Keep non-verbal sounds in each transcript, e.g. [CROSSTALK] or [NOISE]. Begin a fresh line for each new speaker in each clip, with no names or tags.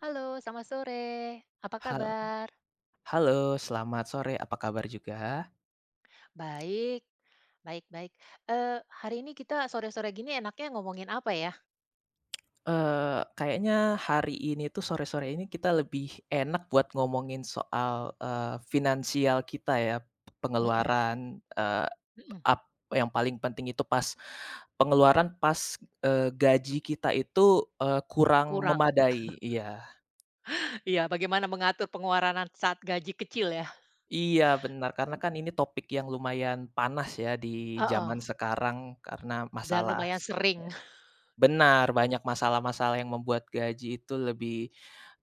Halo, selamat sore. Apa
Hal
kabar?
halo, selamat sore, apa kabar juga?
Baik, baik baik. Eee, Hari ini kita sore-sore gini enaknya ngomongin apa ya?
Kayaknya hari ini tuh sore-sore ini kita lebih enak buat ngomongin soal finansial kita ya,
Mhm,
pengeluaran, eee,
mhm,
ap yang paling penting itu pengeluaran pas, gaji kita itu kurang
kurang.
memadai. Iya.
[LAUGHS] Iya, bagaimana mengatur pengeluaran saat gaji kecil ya?
Iya benar, karena kan ini topik yang lumayan panas ya di
Heeh,
zaman sekarang karena
dan
masalah
lumayan sering.
[UNINTELLIGIBLE]
[LAUGHS]
Benar, banyak masalah-masalah yang membuat gaji itu lebih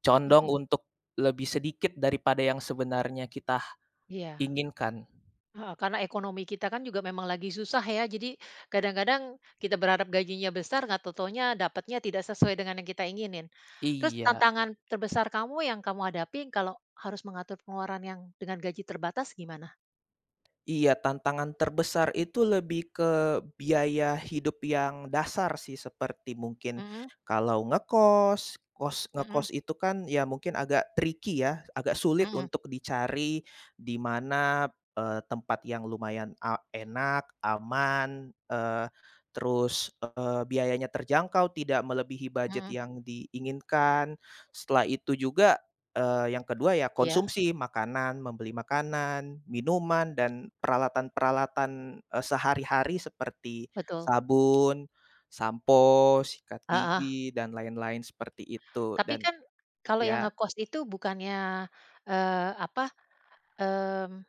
condong
Mhm,
untuk lebih sedikit daripada yang sebenarnya kita
iya.
inginkan.
Heeh, karena ekonomi kita kan juga memang lagi susah ya, jadi kadang-kadang kita berharap gajinya besar, nggak tau dapatnya tidak sesuai dengan yang kita inginin. Terus
Iya.
tantangan terbesar kamu yang kamu hadapi kalau harus mengatur pengeluaran yang dengan gaji terbatas gimana?
Iya, tantangan terbesar itu lebih ke biaya hidup yang dasar sih, seperti mungkin
Mhm,
kalau ngekos, kos
mhm,
ngekos itu kan ya mungkin agak tricky ya, agak sulit
mhm,
untuk dicari di mana, tempat yang lumayan enak, aman, biayanya terjangkau, tidak melebihi budget
mhm.
yang diinginkan. Setelah itu juga Yang kedua ya
Iya,
konsumsi makanan, membeli makanan, minuman, dan peralatan-peralatan sehari-hari seperti
betul.
sabun, sampo, sikat
Heeh.
gigi, dan lain-lain seperti itu
Tapi
dan
kan kalau yang
ya
ngekos itu bukannya, apa, mmm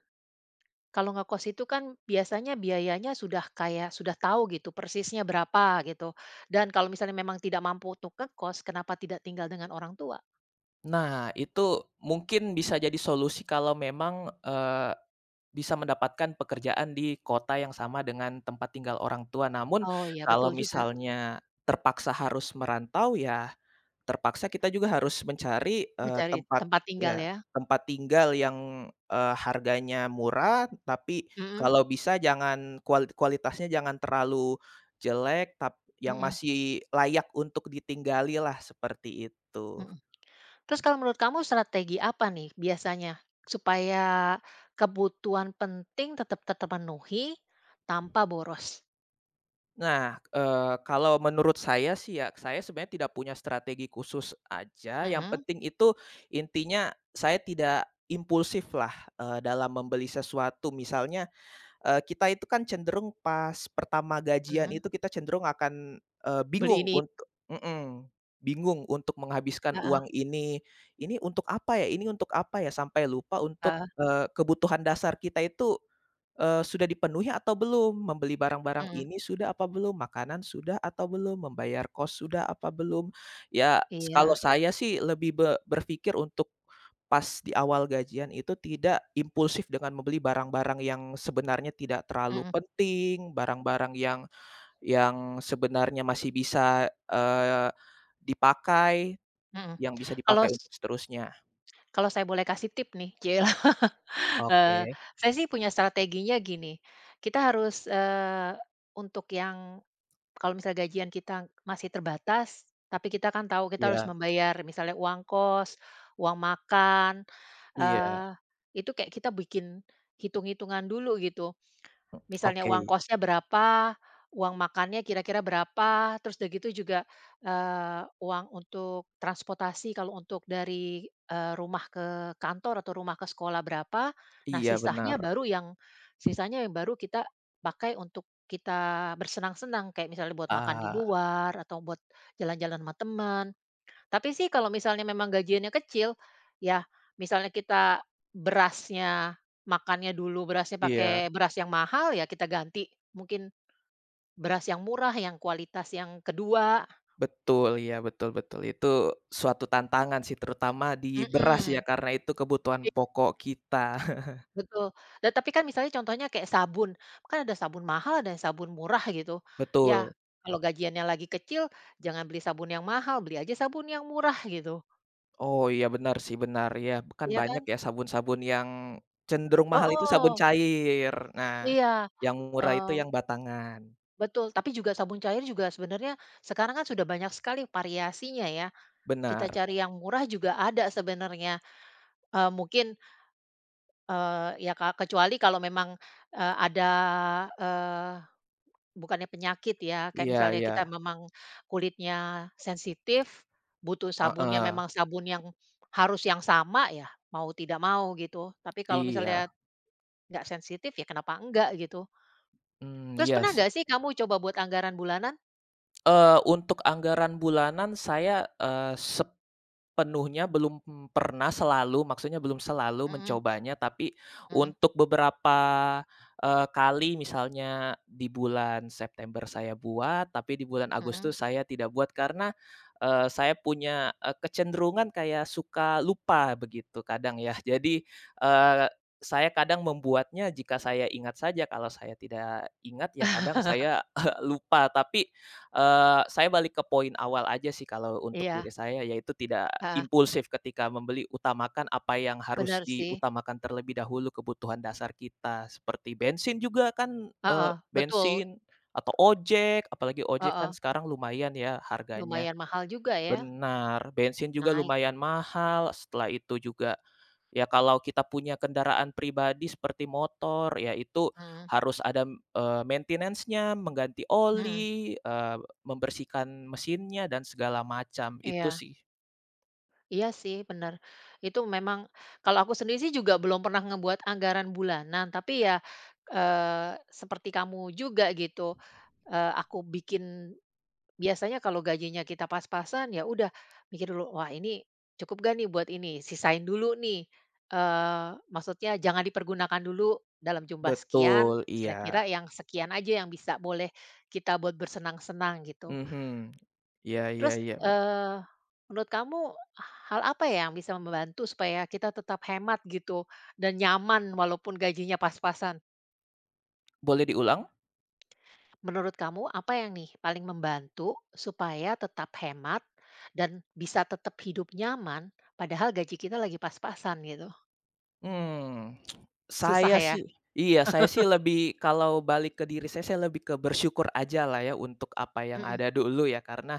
kalau ngekos itu kan biasanya biayanya sudah kayak sudah tahu gitu persisnya berapa gitu. Dan kalau misalnya memang tidak mampu untuk ngekos, kenapa tidak tinggal dengan orang tua?
nah itu mungkin bisa jadi solusi kalau memang bisa mendapatkan pekerjaan di kota yang sama dengan tempat tinggal orang tua, namun
Oh iya
kalau
betul juga,
misalnya terpaksa harus merantau ya Terpaksa kita juga harus mencari, eee,
mencari
tempat
tempat tinggal
ya,
ya.
tempat tinggal yang harganya murah, tapi
Mhm,
kalau bisa jangan kualitasnya jangan terlalu jelek, tapi yang
mhm,
masih layak untuk ditinggali lah seperti itu.
mhm. Terus kalau menurut kamu strategi apa nih biasanya supaya kebutuhan penting tetap terpenuhi tanpa boros?
Nah, kalau menurut saya sih ya, saya sebenarnya tidak punya strategi khusus aja, yang
Mhm,
penting itu intinya saya tidak impulsiflah dalam membeli sesuatu. Misalnya kita itu kan cenderung pas pertama gajian
mhm.
itu kita cenderung akan, eee,
Beli
bingung
ini,
untuk mhm, bingung untuk menghabiskan
heeh,
uang ini, "Ini untuk apa ya ini untuk apa ya?" Sampai lupa untuk,
heeh,
eee, kebutuhan dasar kita itu Sudah dipenuhi atau belum? Membeli barang-barang
mhm,
ini sudah apa belum? Makanan sudah atau belum? Membayar kos sudah apa belum? Ya, kalau
iya,
saya sih lebih berpikir untuk pas di awal gajian itu tidak impulsif dengan membeli barang-barang yang sebenarnya tidak terlalu
mhm,
penting, barang-barang yang sebenarnya masih bisa dipakai,
mhm.
yang bisa
Kalau
dipakai untuk seterusnya.
Kalau saya boleh kasih tip nih, cilah,
Oke,
eee, [LAUGHS] saya sih punya strateginya gini, kita harus, untuk yang kalau misalnya gajian kita masih terbatas, tapi kita kan tahu kita harus
iya
membayar misalnya uang kos, uang makan,
iya,
eee, itu kayak kita bikin hitung-hitungan dulu gitu. Misalnya uang
oke,
kosnya berapa, uang makannya kira-kira berapa, terus udah gitu juga, uang untuk transportasi kalau untuk dari, rumah ke kantor atau rumah ke sekolah berapa. Nah,
iya benar.
sisanya yang baru kita pakai untuk kita bersenang-senang, kayak misalnya buat makan di
Ah,
luar atau buat jalan-jalan sama teman. Tapi sih kalau misalnya memang gajiannya kecil, ya misalnya kita berasnya, makannya dulu berasnya
iya.
pakai beras yang mahal, ya kita ganti mungkin beras yang murah, yang kualitas yang kedua.
Betul, ya betul betul. Itu suatu tantangan sih, terutama di beras ya,
Mhm,
karena itu kebutuhan
i
pokok kita.
betul. Dan tapi kan misalnya contohnya kayak sabun, kan ada sabun mahal, ada yang sabun murah gitu.
[LAUGHS]
Ya,
Betul.
kalau gajiannya lagi kecil, jangan beli sabun yang mahal, beli aja sabun yang murah gitu,
Oh, iya benar sih, benar. Ya, kan
iya kan?
banyak ya sabun-sabun yang cenderung mahal itu sabun
Heeh,
cair. Nah,
iya,
yang murah itu
eee
yang batangan.
betul, tapi juga sabun cair juga sebenarnya sekarang kan sudah banyak sekali variasinya ya. Kita
Benar.
cari yang murah juga ada sebenarnya. Mungkin, ya kecuali kalau memang, ada, eee, bukannya penyakit ya, kayak
Iya
misalnya
iya.
kita memang kulitnya sensitif, butuh sabunnya
Heeh.
memang sabun yang harus yang sama ya, mau tidak mau gitu. Tapi kalau misalnya
Iya.
nggak sensitif ya kenapa enggak gitu.
Mmm,
Terus
iya
pernah
sih.
nggak sih kamu coba buat anggaran bulanan?
Untuk anggaran bulanan saya, eee, Penuhnya belum pernah selalu, maksudnya belum selalu
Mhm,
mencobanya, tapi
mhm,
untuk beberapa kali misalnya di bulan September saya buat, tapi di bulan
mhm.
Agustus saya tidak buat karena saya punya kecenderungan kayak suka lupa begitu kadang ya. [LAUGHS] Jadi, eee, saya kadang membuatnya jika saya ingat saja, kalau saya tidak ingat ya kadang
[LAUGHS]
saya [LAUGHS] lupa. Tapi Saya balik ke poin awal aja sih kalau untuk
Iya,
diri saya, yaitu tidak
heeh,
impulsif ketika membeli, utamakan apa yang harus
bener sih,
diutamakan terlebih dahulu, kebutuhan dasar kita seperti bensin juga kan, eee,
heeh, betul,
bensin atau ojek, apalagi ojek kan
heeh,
sekarang lumayan ya harganya.
lumayan mahal juga ya,
Benar, bensin juga
naik,
lumayan mahal, setelah itu juga, ya kalau kita punya kendaraan pribadi seperti motor, ya itu
mhm,
harus ada maintenance-nya, mengganti
mhm,
oli, membersihkan mesinnya dan segala macam, itu
iya,
sih.
iya sih bener, itu memang kalau aku sendiri sih juga belum pernah ngebuat anggaran bulanan, tapi ya, seperti kamu juga gitu, aku bikin biasanya kalau gajinya kita pas-pasan, ya udah mikir dulu, "Wah, ini cukup gak nih buat ini?" Sisain dulu nih, maksudnya jangan dipergunakan dulu dalam jumlah sekian,
Betul, iya.
kira-kira yang sekian aja yang bisa boleh kita buat bersenang-senang gitu.
Mhm. Iya iya
Terus,
iya,
eee, menurut kamu hal apa ya yang bisa membantu supaya kita tetap hemat gitu dan nyaman walaupun gajinya pas-pasan?
boleh diulang?
Menurut kamu apa yang nih paling membantu supaya tetap hemat dan bisa tetap hidup nyaman padahal gaji kita lagi pas-pasan gitu?
Hmm,
Susah
saya
ya?
sih iya, saya sih lebih kalau balik ke diri saya lebih ke bersyukur aja lah ya untuk apa yang
Mhm,
ada dulu ya, karena,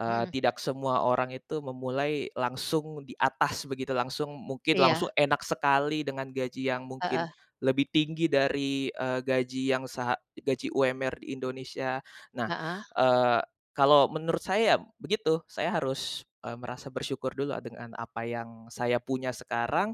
eee,
mhm.
tidak semua orang itu memulai langsung di atas begitu, langsung mungkin langsung
Iya,
enak sekali dengan gaji yang mungkin
heeh,
lebih tinggi dari gaji yang gaji UMR di Indonesia. Nah,
heeh,
eee, kalau menurut saya begitu, saya harus merasa bersyukur dulu dengan apa yang saya punya sekarang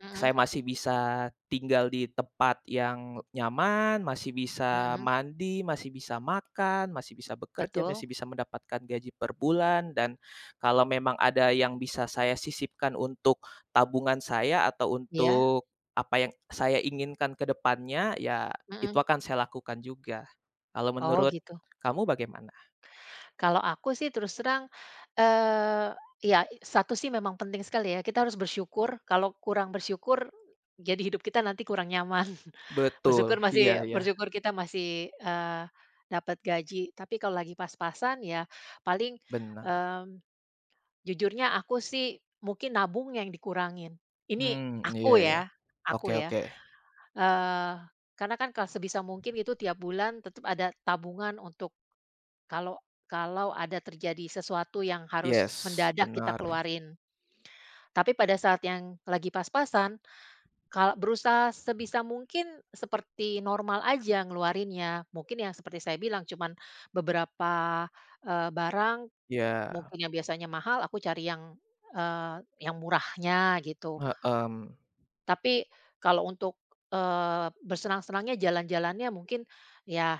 mhm,
saya masih bisa tinggal di tempat yang nyaman, masih bisa
mhm,
mandi, masih bisa makan, masih bisa bekerja,
betul,
masih bisa mendapatkan gaji per bulan, dan kalau memang ada yang bisa saya sisipkan untuk tabungan saya atau
iya,
untuk apa yang saya inginkan ke depannya, ya
mhm.
itu akan saya lakukan juga. Kalau
Oh
menurut
gitu.
kamu bagaimana?
Kalau aku sih terus terang, eee, ya satu sih memang penting sekali ya, kita harus bersyukur, kalau kurang bersyukur, jadi hidup kita nanti kurang nyaman. [LAUGHS]
Betul,
Bersyukur
iya
masih
iya,
bersyukur kita masih, dapat gaji, tapi kalau lagi pas-pasan ya paling,
benar.
mmm, jujurnya aku sih mungkin nabung yang dikurangin. Ini
Hmm, iya
aku
iya.
ya
Oke
aku ya,
oke.
eee, karena kan kalau sebisa mungkin itu tiap bulan tetap ada tabungan untuk kalau kalau ada terjadi sesuatu yang harus
Yes,
mendadak kita
benar.
keluarin. Tapi pada saat yang lagi pas-pasan, kalau berusaha sebisa mungkin seperti normal aja ngeluarinnya. Mungkin yang seperti saya bilang cuman beberapa, barang
Iya.
mungkin yang biasanya mahal aku cari eee, yang murahnya gitu.
Mmm,
Tapi kalau untuk, bersenang-senangnya jalan-jalannya mungkin ya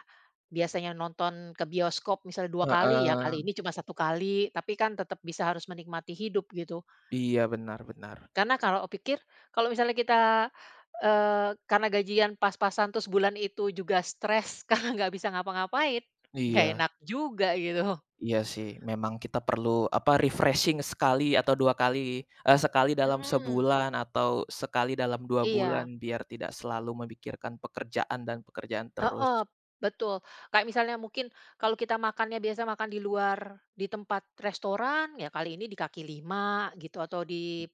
biasanya nonton ke bioskop misalnya dua kali, ya kali
heeh,
ini cuma satu kali, tapi kan tetap bisa harus menikmati hidup gitu.
iya benar benar.
Karena kalau pikir, kalau misalnya kita, karena gajian pas-pasan terus bulan itu juga stres [LAUGHS] karena nggak bisa ngapa-ngapain, nggak
Iya
enak juga gitu.
iya sih memang kita perlu apa, refreshing sekali atau 2 kali, sekali dalam
Mhm,
sebulan atau sekali dalam dua bulan
iya.
biar tidak selalu memikirkan pekerjaan dan pekerjaan
Heeh,
terus.
betul. Kayak misalnya mungkin kalau kita makannya biasa makan di luar, di tempat restoran, ya kali ini di kaki lima gitu atau di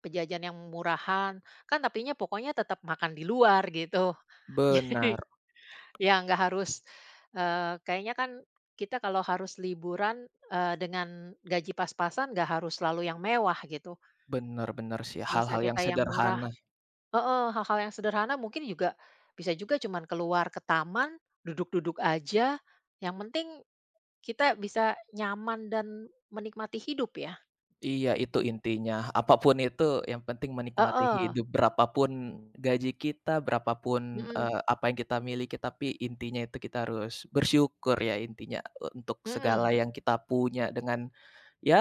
pejajan yang murahan, kan tapinya pokoknya tetap makan di luar gitu. [LAUGHS] Jadi,
Benar,
ya nggak harus, kayaknya kan kita kalau harus liburan, dengan gaji pas-pasan nggak harus selalu yang mewah gitu,
benar benar sih
bisa
hal-hal yang
kita yang murah.
sederhana.
Heeh, hal-hal yang sederhana mungkin juga bisa juga cuman keluar ke taman, duduk-duduk aja, yang penting kita bisa nyaman dan menikmati hidup ya.
Iya, itu intinya. Apapun itu yang penting menikmati
Heeh,
hidup, berapapun gaji kita, berapapun
mhm,
pun, apa yang kita miliki, tapi intinya itu kita harus bersyukur ya intinya eh, untuk segala
mhm,
yang kita punya dengan ya,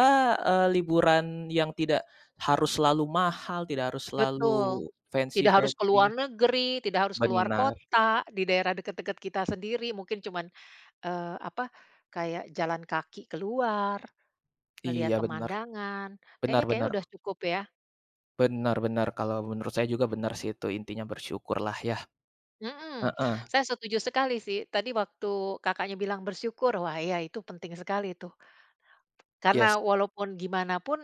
eee, liburan yang tidak harus selalu mahal, tidak harus selalu
betul. Tidak harus ke luar
fancy-fancy.
negeri, tidak harus keluar
Benar.
kota, di daerah dekat-dekat kita sendiri mungkin cuman, apa, kayak jalan kaki keluar, ngelihat
Iya, benar.
pemandangan,
Benar
kayaknya kayaknya
benar.
udah cukup ya.
Benar benar, kalau menurut saya juga benar sih itu intinya bersyukurlah ya.
Mhm,
Heeh,
saya setuju sekali sih. Tadi waktu Kakaknya bilang bersyukur, wah ya itu penting sekali tuh. Karena
yes.
walaupun gimana pun,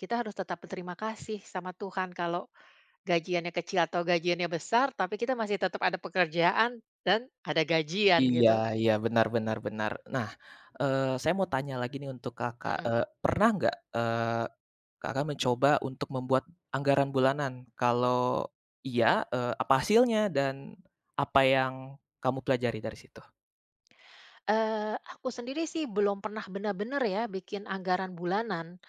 kita harus tetap berterima kasih sama Tuhan kalau gajiannya kecil atau gajiannya besar, tapi kita masih tetap ada pekerjaan dan ada gajian
Iya
gitu.
iya, benar benar benar. Nah, saya mau tanya lagi nih untuk Kakak,
Mhm.
eee, pernah nggak, Kakak mencoba untuk membuat anggaran bulanan? Kalau iya, apa hasilnya dan apa yang kamu pelajari dari situ?
Aku sendiri sih belum pernah benar-benar ya bikin anggaran bulanan.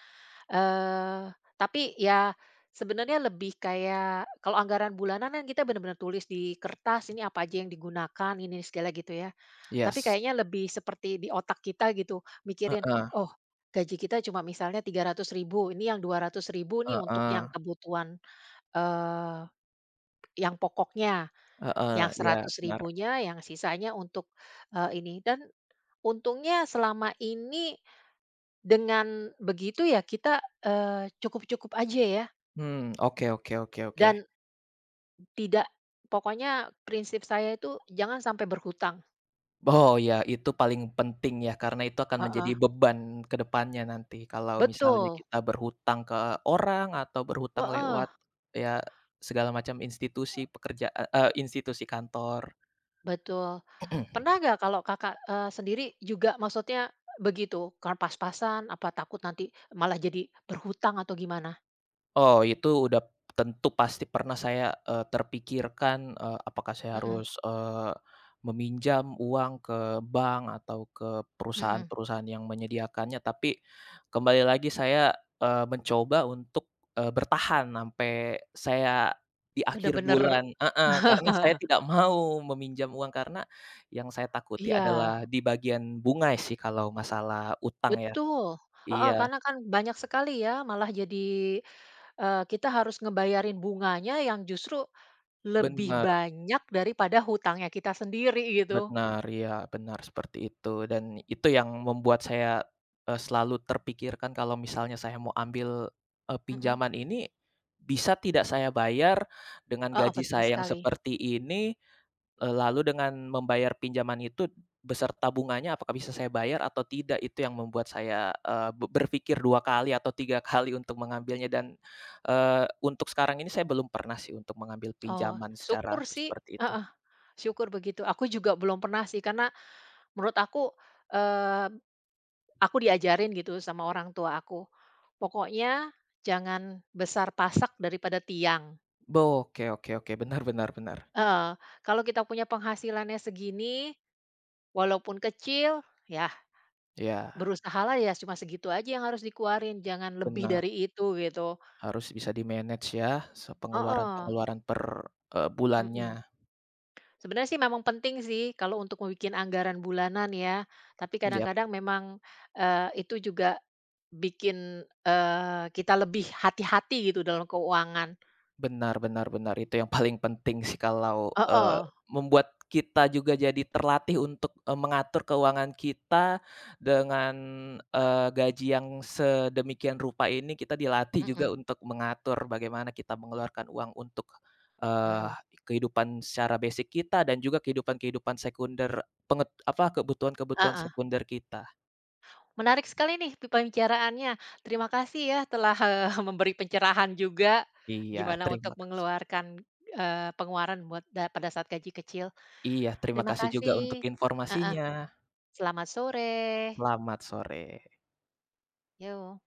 Eee, tapi ya sebenarnya lebih kayak kalau anggaran bulanan kan kita benar-benar tulis di kertas, ini apa aja yang digunakan, ini segala gitu ya. Tapi
Yes.
kayaknya lebih seperti di otak kita gitu, mikirin,
Heeh
"Oh, gaji kita cuma misalnya 300.000 ini yang 200.000 nih untuk
heeh
yang kebutuhan, eee, yang pokoknya,
heeh,
yang
iya
seratus
benar.
ribunya yang sisanya untuk, ini." Dan untungnya selama ini dengan begitu ya kita, cukup-cukup aja ya.
Mmm, oke oke oke oke.
Dan tidak pokoknya prinsip saya itu jangan sampai berhutang.
Oh ya, itu paling penting ya, karena itu akan menjadi
Heeh.
beban ke depannya nanti kalau misalnya
Betul,
kita berhutang ke orang atau berhutang
heeh,
lewat ya segala macam institusi institusi kantor.
betul.
[CLEARS THROAT]
Pernah nggak kalau Kakak, sendiri juga maksudnya begitu, kan pas-pasan apa takut nanti malah jadi berhutang atau gimana?
Oh, itu udah tentu pasti pernah saya terpikirkan, apakah saya
Mhm,
harus meminjam uang ke bank atau ke
mhm,
perusahaan-perusahaan yang menyediakannya, tapi kembali lagi saya mencoba untuk bertahan sampai saya di akhir
bener-bener,
bulan heeh, karena saya
heeh,
tidak mau meminjam uang, karena yang saya takuti
iya,
adalah di bagian bunga sih kalau masalah utang ya.
betul, heeh,
Iya,
karena kan banyak sekali ya malah jadi, kita harus ngebayarin bunganya yang justru lebih
benar.
banyak daripada hutangnya kita sendiri gitu,
Benar, iya, benar seperti itu dan itu yang membuat saya selalu terpikirkan kalau misalnya saya mau ambil, eee,
mhm.
pinjaman ini, bisa tidak saya bayar dengan
Heeh,
gaji
penting
saya yang
sekali.
seperti ini, lalu dengan membayar pinjaman itu beserta bunganya apakah bisa saya bayar atau tidak? Itu yang membuat saya, eee, be berpikir 2 kali atau 3 [LAUGHS] kali untuk mengambilnya dan, untuk sekarang ini saya belum pernah sih untuk mengambil
Oh,
pinjaman secara
syukur sih,
seperti itu.
heeh, syukur begitu. Aku juga belum pernah sih, karena menurut aku, eee, aku diajarin gitu sama orang tua aku. Pokoknya jangan besar pasak daripada tiang.
Oke oke oke, benar benar benar.
Heeh, kalau kita punya penghasilannya segini, walaupun kecil, yah
Iya,
berusahalah ya cuma segitu aja yang harus dikeluarin, jangan lebih
benar,
dari itu gitu.
harus bisa di-manage ya, se
Heeh,
pengeluaran-pengeluaran per, bulannya.
mhm. Sebenarnya sih memang penting sih kalau untuk membuat anggaran bulanan ya, tapi
Iya.
kadang-kadang memang, itu juga bikin, kita lebih hati-hati gitu dalam keuangan.
Benar benar benar, itu yang paling penting sih kalau, eee,
Heeh,
membuat kita juga jadi terlatih untuk, mengatur keuangan kita dengan, gaji yang sedemikian rupa ini kita dilatih juga
mhm,
untuk mengatur bagaimana kita mengeluarkan uang untuk, eee,
mhm,
kehidupan secara basic kita dan juga kehidupan-kehidupan sekunder penget apa, kebutuhan-kebutuhan
heeh.
sekunder kita.
Menarik sekali nih pembicaraannya. Terima kasih ya telah, [LAUGHS] memberi pencerahan juga
Iya,
gimana untuk
terima kasih.
mengeluarkan, pengeluaran buat pada saat gaji kecil.
Iya, terima
Terima
kasih juga untuk
kasih. Heeh,
informasinya.
selamat sore.
Selamat sore.
Yo.